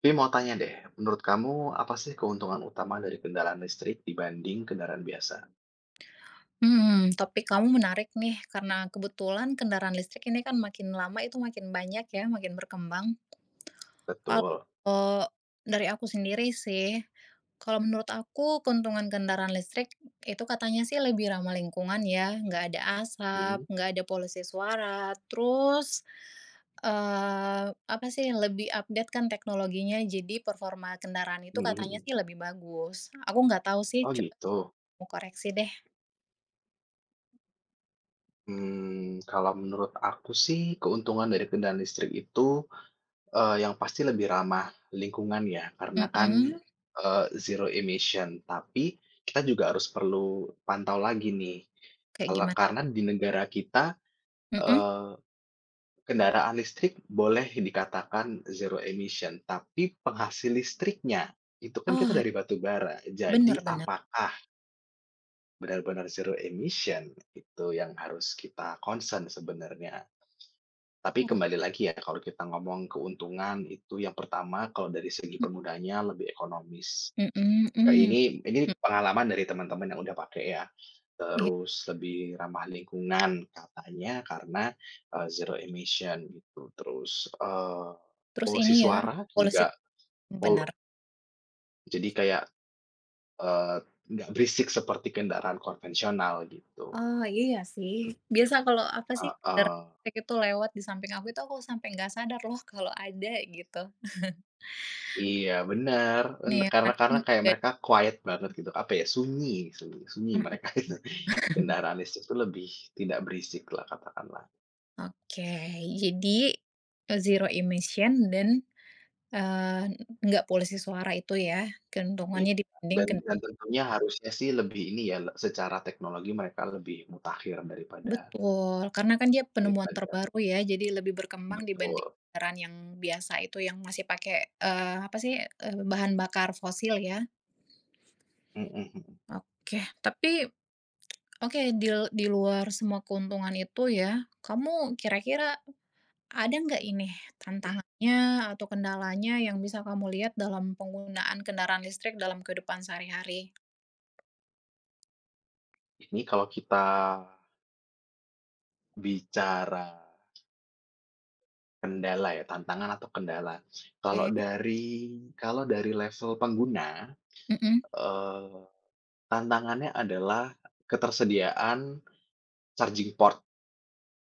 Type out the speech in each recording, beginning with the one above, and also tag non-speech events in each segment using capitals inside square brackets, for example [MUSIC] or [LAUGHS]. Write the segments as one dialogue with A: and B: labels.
A: Tapi mau tanya deh, menurut kamu apa sih keuntungan utama dari kendaraan listrik dibanding kendaraan biasa?
B: Topik kamu menarik nih, karena kebetulan kendaraan listrik ini kan makin lama itu makin banyak ya, makin berkembang.
A: Betul.
B: Kalau dari aku sendiri sih, kalau menurut aku keuntungan kendaraan listrik itu katanya sih lebih ramah lingkungan ya, nggak ada asap,
A: Mhm,
B: nggak ada polusi suara, terus apa sih lebih update kan teknologinya, jadi performa kendaraan itu
A: mhm
B: katanya
A: mhm.
B: sih lebih bagus. Aku nggak tahu sih,
A: Oh
B: coba
A: gitu.
B: mau koreksi deh.
A: Kalau menurut aku sih keuntungan dari kendaraan listrik itu, yang pasti lebih ramah lingkungan ya, karena kan,
B: Mm-mm,
A: zero emission. Tapi kita juga harus perlu pantau lagi nih,
B: kayak
A: kalau
B: gimana?
A: karena di negara kita,
B: Mm-mm.
A: eh, kendaraan listrik boleh dikatakan zero emission, tapi penghasil listriknya itu kan kita
B: Oh,
A: dari batu bara.
B: bener
A: Jadi
B: bener.
A: apakah benar-benar zero emission itu yang harus kita concern sebenarnya? Tapi
B: Oh,
A: kembali lagi ya, kalau kita ngomong keuntungan itu yang pertama kalau dari segi
B: mhm
A: penggunanya lebih ekonomis.
B: mhm,
A: Kayak
B: mhm,
A: ini
B: mhm,
A: pengalaman dari teman-teman yang udah pakai ya,
B: iya.
A: terus lebih ramah lingkungan katanya karena, zero emission gitu. Terus,
B: Terus
A: polusi
B: ini ya,
A: suara
B: polusi
A: juga pol
B: bener.
A: jadi kayak, eee, nggak berisik seperti kendaraan konvensional gitu,
B: Oh, iya sih. Biasa kalau apa sih, kendaraan
A: heeh.
B: listrik itu lewat di samping aku itu aku sampai nggak sadar loh kalau ada gitu.
A: Iya benar, en
B: Iya, karena
A: karena
B: kan
A: kayak
B: nggak
A: mereka quiet banget gitu, apa ya, sunyi sunyi sunyi
B: mhm
A: mereka [LAUGHS] itu.
B: mhm.
A: Kendaraan listrik itu lebih tidak berisik lah katakanlah.
B: Oke, jadi, zero emission dan, eee, nggak polusi suara itu ya
A: Iya,
B: keuntungannya dibanding
A: dan
B: ken
A: dan tentunya harusnya sih lebih ini ya, le secara teknologi mereka lebih mutakhir daripada
B: Betul, karena kan dia penemuan
A: daripada
B: terbaru ya, jadi lebih berkembang dibanding
A: betul,
B: kendaraan yang biasa itu yang masih pakai, apa sih, bahan bakar fosil ya.
A: mhm mhm.
B: Oke, tapi oke di luar semua keuntungan itu ya, kamu kira-kira ada nggak ini tantangannya atau kendalanya yang bisa kamu lihat dalam penggunaan kendaraan listrik dalam kehidupan sehari-hari?
A: Ini kalau kita bicara kendala ya, tantangan atau kendala. Kalau
B: Oke,
A: dari kalau dari level pengguna,
B: mhm,
A: eee, tantangannya adalah ketersediaan charging port.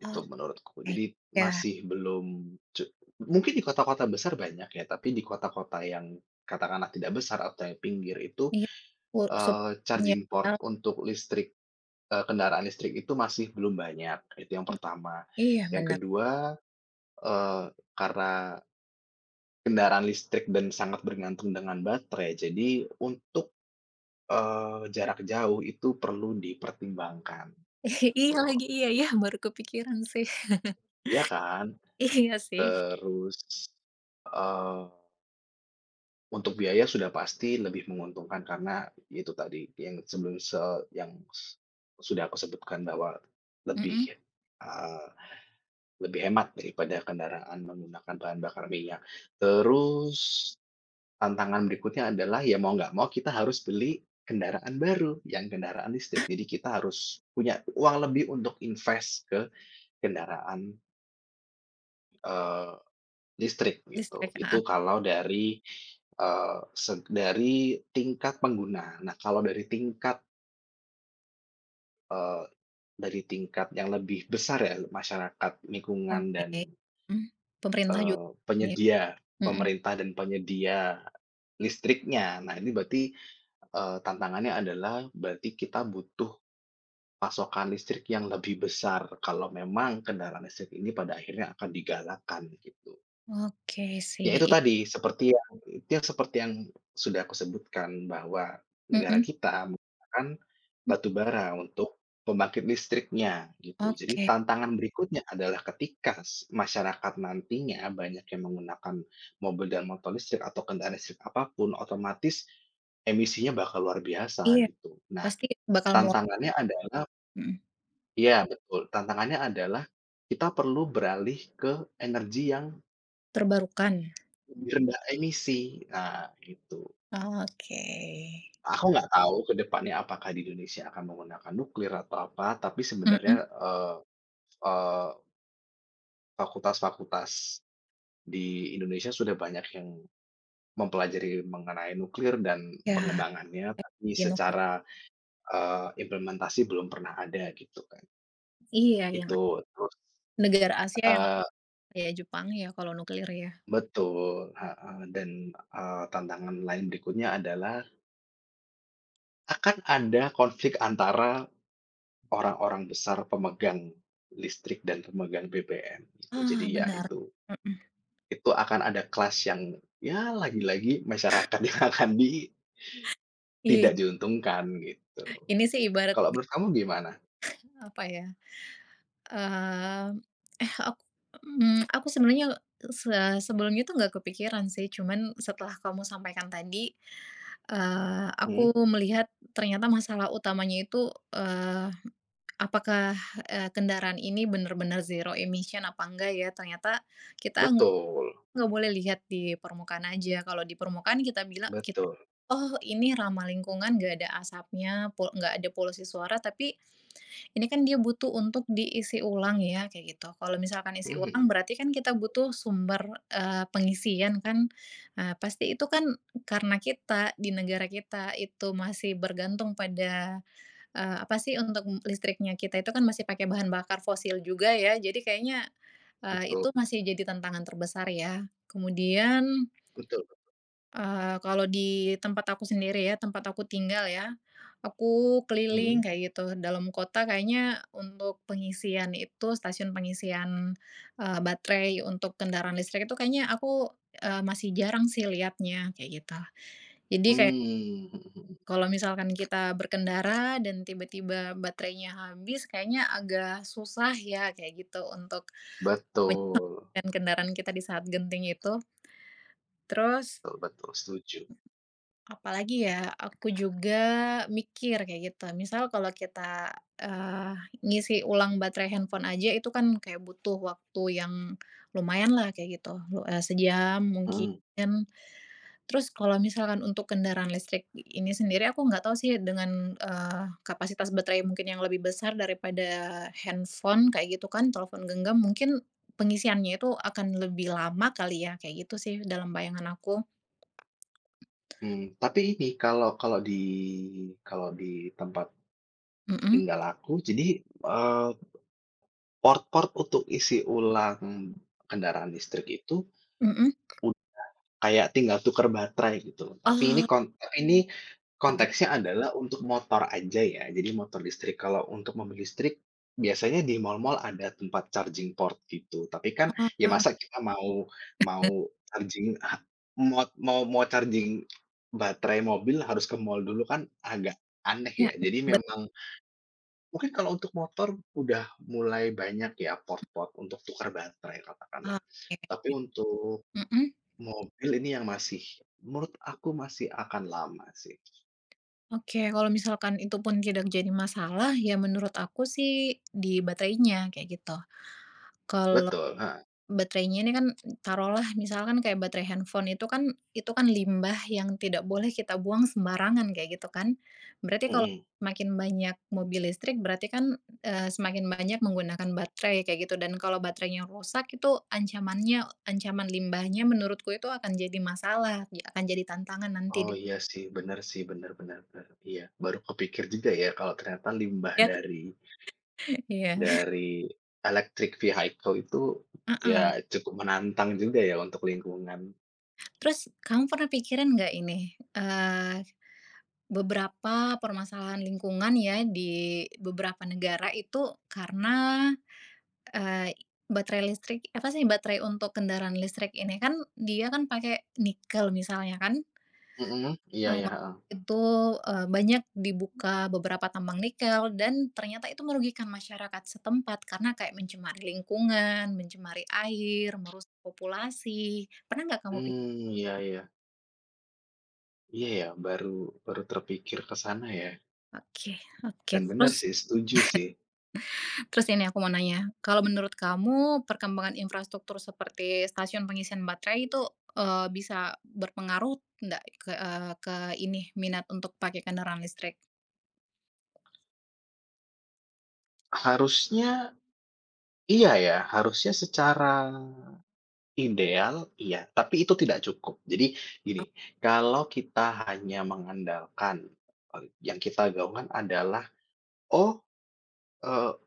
A: Itu
B: oke,
A: menurutku. Jadi
B: ya,
A: masih belum cu mungkin di kota-kota besar banyak ya, tapi di kota-kota yang katakanlah tidak besar atau yang pinggir itu,
B: iya, u sup iya,
A: charging port
B: al
A: untuk listrik, kendaraan listrik itu masih belum banyak, itu yang pertama.
B: iya
A: Yang
B: bener.
A: kedua, eee, karena kendaraan listrik dan sangat bergantung dengan baterai, jadi untuk, jarak jauh itu perlu dipertimbangkan,
B: [LAUGHS] Iya
A: tuh.
B: lagi, iya iya, baru kepikiran sih.
A: Iya kan?
B: [LAUGHS] Iya sih,
A: Terus, eee untuk biaya sudah pasti lebih menguntungkan karena itu tadi yang sebelum se yang s sudah aku sebutkan bahwa
B: mhm,
A: lebih, eee, lebih hemat daripada kendaraan menggunakan bahan bakar minyak. Terus tantangan berikutnya adalah ya mau nggak mau kita harus beli kendaraan baru, yang kendaraan listrik. Jadi kita harus punya uang lebih untuk invest ke kendaraan, eh, listrik gitu.
B: listrik,
A: Itu
B: heeh,
A: kalau dari, seg dari tingkat pengguna. Nah, kalau dari tingkat, eee, dari tingkat yang lebih besar ya, masyarakat, lingkungan,
B: oke,
A: dan,
B: mmm, pemerintah juga ya,
A: penyedia,
B: mhm,
A: pemerintah dan penyedia listriknya. Nah, ini berarti, tantangannya adalah berarti kita butuh pasokan listrik yang lebih besar kalau memang kendaraan listrik ini pada akhirnya akan digalakkan gitu.
B: oke
A: Ya
B: sih,
A: itu tadi, seperti yang ya seperti yang sudah aku sebutkan bahwa negara
B: mhm,
A: kita menggunakan
B: m
A: batu bara untuk pembangkit listriknya gitu. Jadi
B: oke,
A: tantangan berikutnya adalah ketika s masyarakat nantinya banyak yang menggunakan mobil dan motor listrik atau kendaraan listrik apapun otomatis emisinya bakal luar biasa
B: iya,
A: gitu. Nah,
B: pasti bakal
A: tantangannya adalah
B: mhm,
A: ya betul, tantangannya adalah kita perlu beralih ke energi yang
B: terbarukan,
A: lebih rendah emisi, nah gitu.
B: oke,
A: Aku nggak tahu ke depannya apakah di Indonesia akan menggunakan nuklir atau apa, tapi sebenarnya,
B: mhm,
A: eee eee, fakultas-fakultas di Indonesia sudah banyak yang mempelajari mengenai nuklir dan
B: ya
A: pengembangannya, tapi
B: di nuklir
A: secara, implementasi belum pernah ada gitu kan.
B: iya yang
A: Itu, terus
B: negara Asia yang ada
A: eee,
B: kayak Jepang ya kalau nuklir ya,
A: betul, heeh, dan, tantangan lain berikutnya adalah akan ada konflik antara orang-orang besar pemegang listrik dan pemegang BBM gitu. Jadi
B: ah,
A: ya
B: benar, mhm,
A: itu akan ada kelas yang ya lagi-lagi masyarakat [LAUGHS] yang akan di
B: iya,
A: tidak diuntungkan gitu.
B: ini sih ibarat
A: Kalau menurut kamu gimana?
B: apa ya Mmm, eh, aku aku sebenarnya sebelumnya tuh nggak kepikiran sih, cuman setelah kamu sampaikan tadi,
A: Mhm,
B: aku melihat ternyata masalah utamanya itu, eee, apakah, kendaraan ini benar-benar zero emission apa enggak ya. Ternyata kita nggak
A: betul,
B: nggak boleh lihat di permukaan aja. Kalau di permukaan kita bilang kita,
A: betul,
B: "Oh, ini ramah lingkungan, nggak ada asapnya, nggak ada polusi suara." Tapi ini kan dia butuh untuk diisi ulang ya, kayak gitu. Kalau misalkan isi
A: mhm,
B: ulang berarti kan kita butuh sumber, pengisian kan. Pasti itu kan karena kita di negara kita itu masih bergantung pada, apa sih untuk listriknya kita itu kan masih pakai bahan bakar fosil juga ya. Jadi kayaknya,
A: betul
B: itu masih jadi tantangan terbesar ya. Kemudian
A: betul,
B: Kalau di tempat aku sendiri ya, tempat aku tinggal ya, aku
A: mhm,
B: keliling kayak gitu. Dalam kota kayaknya untuk pengisian itu, stasiun pengisian, baterai untuk kendaraan listrik itu kayaknya aku, masih jarang sih lihatnya, kayak gitu. Jadi kayak
A: mmm, mhm mhm,
B: kalau misalkan kita berkendara dan tiba-tiba baterainya habis, kayaknya agak susah ya, kayak gitu, untuk
A: betul,
B: menyelamatkan kendaraan kita di saat genting itu. Terus
A: betul betul, setuju,
B: apalagi ya, aku juga mikir kayak gitu. Misal kalau kita, ngisi ulang baterai handphone aja itu kan kayak butuh waktu yang lumayan lah kayak gitu, sejam mungkin.
A: Hmm,
B: Terus kalau misalkan untuk kendaraan listrik ini sendiri aku nggak tahu sih dengan, kapasitas baterai mungkin yang lebih besar daripada handphone kayak gitu kan, telepon genggam, mungkin pengisiannya itu akan lebih lama kali ya, kayak gitu sih dalam bayangan aku.
A: mmm, tapi ini kalau kalau di tempat
B: Mhm
A: tinggal aku jadi, eee port-port untuk isi ulang kendaraan listrik itu
B: mhm.
A: ud kayak tinggal tuker baterai gitu loh, tapi ini
B: Oh.
A: kon tapi ini konteksnya adalah untuk motor aja ya, jadi motor listrik. Kalau untuk mobil listrik biasanya di mall-mall ada tempat charging port gitu, tapi kan
B: Oh,
A: ya
B: oke
A: masa kita mau mau charging ha mot mau mau charging baterai mobil harus ke mall dulu kan agak aneh ya. Jadi
B: ribet,
A: memang mungkin kalau untuk motor udah mulai banyak ya port-port untuk tukar baterai katakanlah.
B: oke.
A: Tapi untuk
B: Mhm.
A: mobil ini yang masih menurut aku masih akan lama sih.
B: Oke, kalau misalkan itu pun tidak jadi masalah, ya menurut aku sih di baterainya, kayak gitu. Kalau
A: Betul, heeh,
B: baterainya ini kan taruhlah misalkan kayak baterai handphone itu kan limbah yang tidak boleh kita buang sembarangan kayak gitu kan. Berarti kalau
A: mhm.
B: semakin banyak mobil listrik berarti kan, semakin banyak menggunakan baterai kayak gitu dan kalau baterainya rusak itu ancamannya ancaman limbahnya menurutku itu akan jadi masalah, ya akan jadi tantangan nanti
A: Oh
B: di
A: iya sih, bener bener bener, iya. Baru kepikir juga ya kalau ternyata limbah
B: Ya kan?
A: dari
B: Iya,
A: dari electric vehicle itu ya cukup menantang juga ya untuk lingkungan.
B: terus kamu pernah pikirin nggak ini, eee beberapa permasalahan lingkungan ya di beberapa negara itu karena, eee, baterai listrik apa sih, baterai untuk kendaraan listrik ini kan dia kan pakai nikel misalnya kan,
A: Mhm, iya iya,
B: eee,
A: heeh.
B: itu, banyak dibuka beberapa tambang nikel dan ternyata itu merugikan masyarakat setempat karena kayak mencemari lingkungan, mencemari air, merusak populasi. Pernah nggak kamu pikir?
A: Mmm, iya iya. Iya ya, baru baru terpikir ke sana ya.
B: Oke, oke.
A: Dan benar
B: terus
A: sih, setuju sih.
B: Terus ini aku mau nanya, kalau menurut kamu perkembangan infrastruktur seperti stasiun pengisian baterai itu, bisa berpengaruh nggak ke ini, minat untuk pakai kendaraan listrik?
A: Harusnya iya ya, harusnya secara ideal iya, tapi itu tidak cukup. Jadi gini, kalau kita hanya mengandalkan, yang kita gaungkan adalah, "Oh, eee,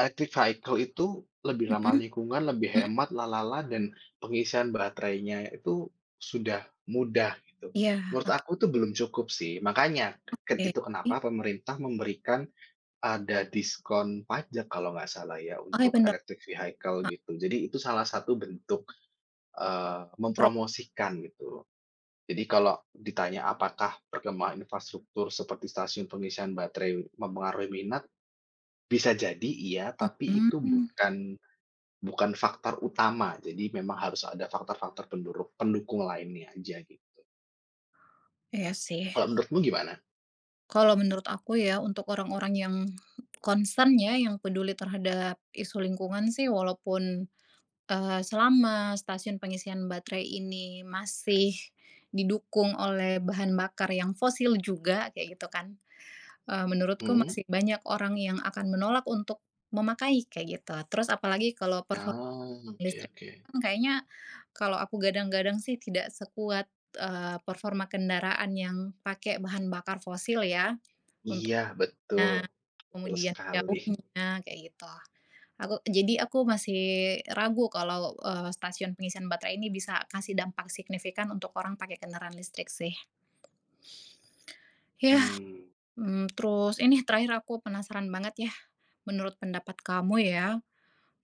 A: electric vehicle itu lebih ramah
B: Mhm
A: lingkungan, lebih
B: mhm,
A: hemat, lalala, dan pengisian baterainya itu sudah mudah," gitu.
B: iya,
A: Menurut
B: oke.
A: aku itu belum cukup sih, makanya ket itu kenapa pemerintah memberikan ada diskon pajak kalau nggak salah ya
B: Oke,
A: untuk
B: bener,
A: electric vehicle
B: Kak,
A: gitu. Jadi itu salah satu bentuk,
B: pro
A: mempromosikan gitu. Jadi kalau ditanya apakah perkembangan infrastruktur seperti stasiun pengisian baterai mempengaruhi minat, bisa jadi iya, tapi itu
B: mmm,
A: bukan bukan faktor utama. Jadi memang harus ada faktor-faktor penduru pendukung lainnya aja gitu.
B: iya sih.
A: Kalau menurutmu gimana?
B: Kalau menurut aku ya, untuk orang-orang yang concern ya, yang peduli terhadap isu lingkungan sih, walaupun selama stasiun pengisian baterai ini masih didukung oleh bahan bakar yang fosil juga kayak gitu kan, menurutku
A: Hmm.
B: masih banyak orang yang akan menolak untuk memakai kayak gitu. Terus apalagi kalau performa
A: Ah, oke
B: listrik
A: oke.
B: kan kayaknya kalau aku gadang-gadang sih tidak sekuat, performa kendaraan yang pakai bahan bakar fosil ya,
A: Iya betul,
B: untuknya,
A: betul
B: kemudian
A: sekali.
B: jauhnya, kayak gitu. Aku masih ragu kalau, stasiun pengisian baterai ini bisa kasih dampak signifikan untuk orang pakai kendaraan listrik sih. Ya,
A: Hmm.
B: terus ini terakhir aku penasaran banget ya, menurut pendapat kamu ya,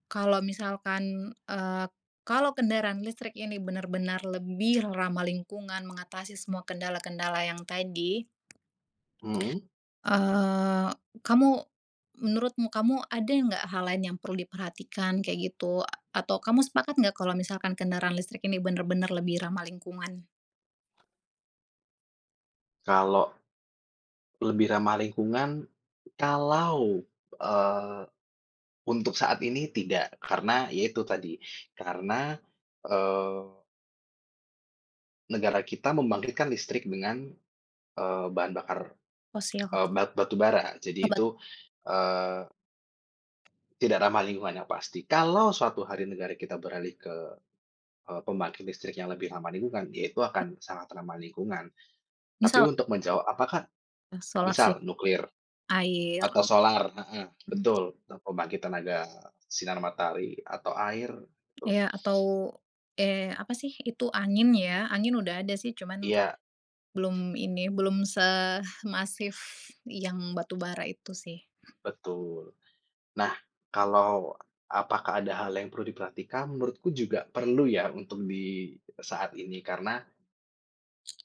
B: kalau misalkan, eee, kalau kendaraan listrik ini benar-benar lebih ramah lingkungan, mengatasi semua kendala-kendala yang tadi
A: Mhm?
B: Eee, kamu menurutmu kamu ada nggak hal lain yang perlu diperhatikan kayak gitu? Atau kamu sepakat nggak kalau misalkan kendaraan listrik ini bener-bener lebih ramah lingkungan
A: Kalau lebih ramah lingkungan, kalau, eee, untuk saat ini tidak, karena ya itu tadi, karena, eee, negara kita membangkitkan listrik dengan, bahan bakar,
B: fosil?
A: ba batubara. Jadi
B: Obat
A: itu, eee, tidak ramah lingkungan yang pasti. Kalau suatu hari negara kita beralih ke, pembangkit listrik yang lebih ramah lingkungan, ya itu akan sangat ramah lingkungan. Tapi
B: misal
A: untuk menjawab apakah
B: ya, solar sys
A: misal nuklir,
B: air,
A: atau solar, heeh,
B: mmm,
A: betul, untuk pembangkit tenaga sinar matahari atau air, betul.
B: iya atau, eh apa sih itu angin ya, angin udah ada sih cuman k
A: Iya,
B: belum ini, belum semasif yang batu bara itu sih.
A: betul. Nah, kalau apakah ada hal yang perlu diperhatikan? Menurutku juga perlu ya untuk di saat ini karena,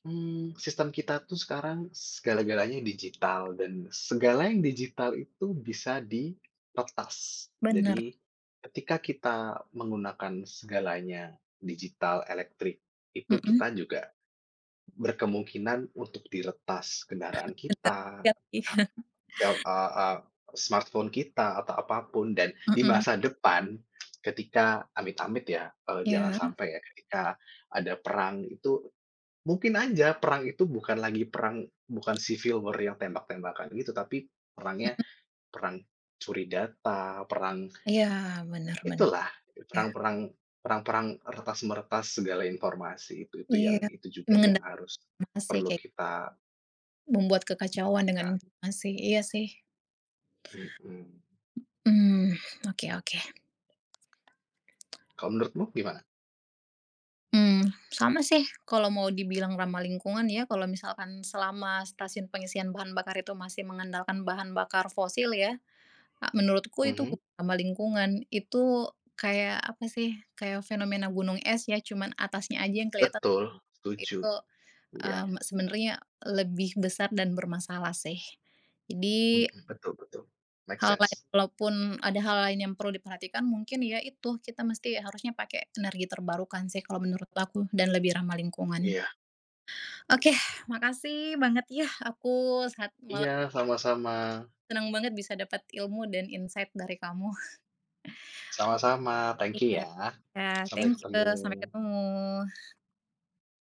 A: sistem kita tuh sekarang segala-galanya digital dan segala yang digital itu bisa diretas.
B: Bener,
A: Jadi, ketika kita menggunakan segalanya digital, elektrik, itu
B: mhm.
A: kita juga berkemungkinan untuk diretas kendaraan
B: Bener,
A: kita,
B: iya
A: ha
B: sih.
A: sel eee eee, smartphone kita atau apapun dan di
B: Mhm,
A: masa depan ketika amit-amit ya, jangan
B: iya,
A: sampai ya ketika ada perang itu mungkin aja perang itu bukan lagi perang bukan civil war yang tembak-tembakan gitu, tapi perangnya
B: mhm,
A: perang curi data, perang
B: iya bener bener,
A: itulah,
B: iya.
A: perang-perang perang-perang retas-meretas segala informasi itu
B: Iya,
A: yang itu juga yang
B: mengendap
A: harus
B: masih
A: perlu
B: kayak
A: kita
B: membuat kekacauan dengan
A: kan.
B: informasi, iya sih.
A: Mhm.
B: Hmm, oke oke.
A: Kalau menurutmu gimana?
B: Sama sih kalau mau dibilang ramah lingkungan ya kalau misalkan selama stasiun pengisian bahan bakar itu masih mengandalkan bahan bakar fosil ya, menurutku itu
A: Mhm,
B: bukan ramah lingkungan, itu kayak apa sih, kayak fenomena gunung es ya cuman atasnya aja yang kelihatan
A: betul, setuju.
B: itu,
A: Iya,
B: mmm, sebenarnya lebih besar dan bermasalah sih. Jadi
A: mhm. Betul betul. Make
B: Hal
A: sense.
B: lain walaupun ada hal lain yang perlu diperhatikan mungkin ya itu, kita mesti harusnya pakai energi terbarukan sih kalau menurut aku dan lebih ramah lingkungan.
A: Iya.
B: Oke, makasih banget ya aku saat
A: Iya,
B: malam
A: sama-sama.
B: senang banget bisa dapat ilmu dan insight dari kamu.
A: Sama-sama, thank you
B: Iya,
A: ya.
B: iya,
A: Sampai
B: thank you,
A: ketemu.
B: sampai ketemu.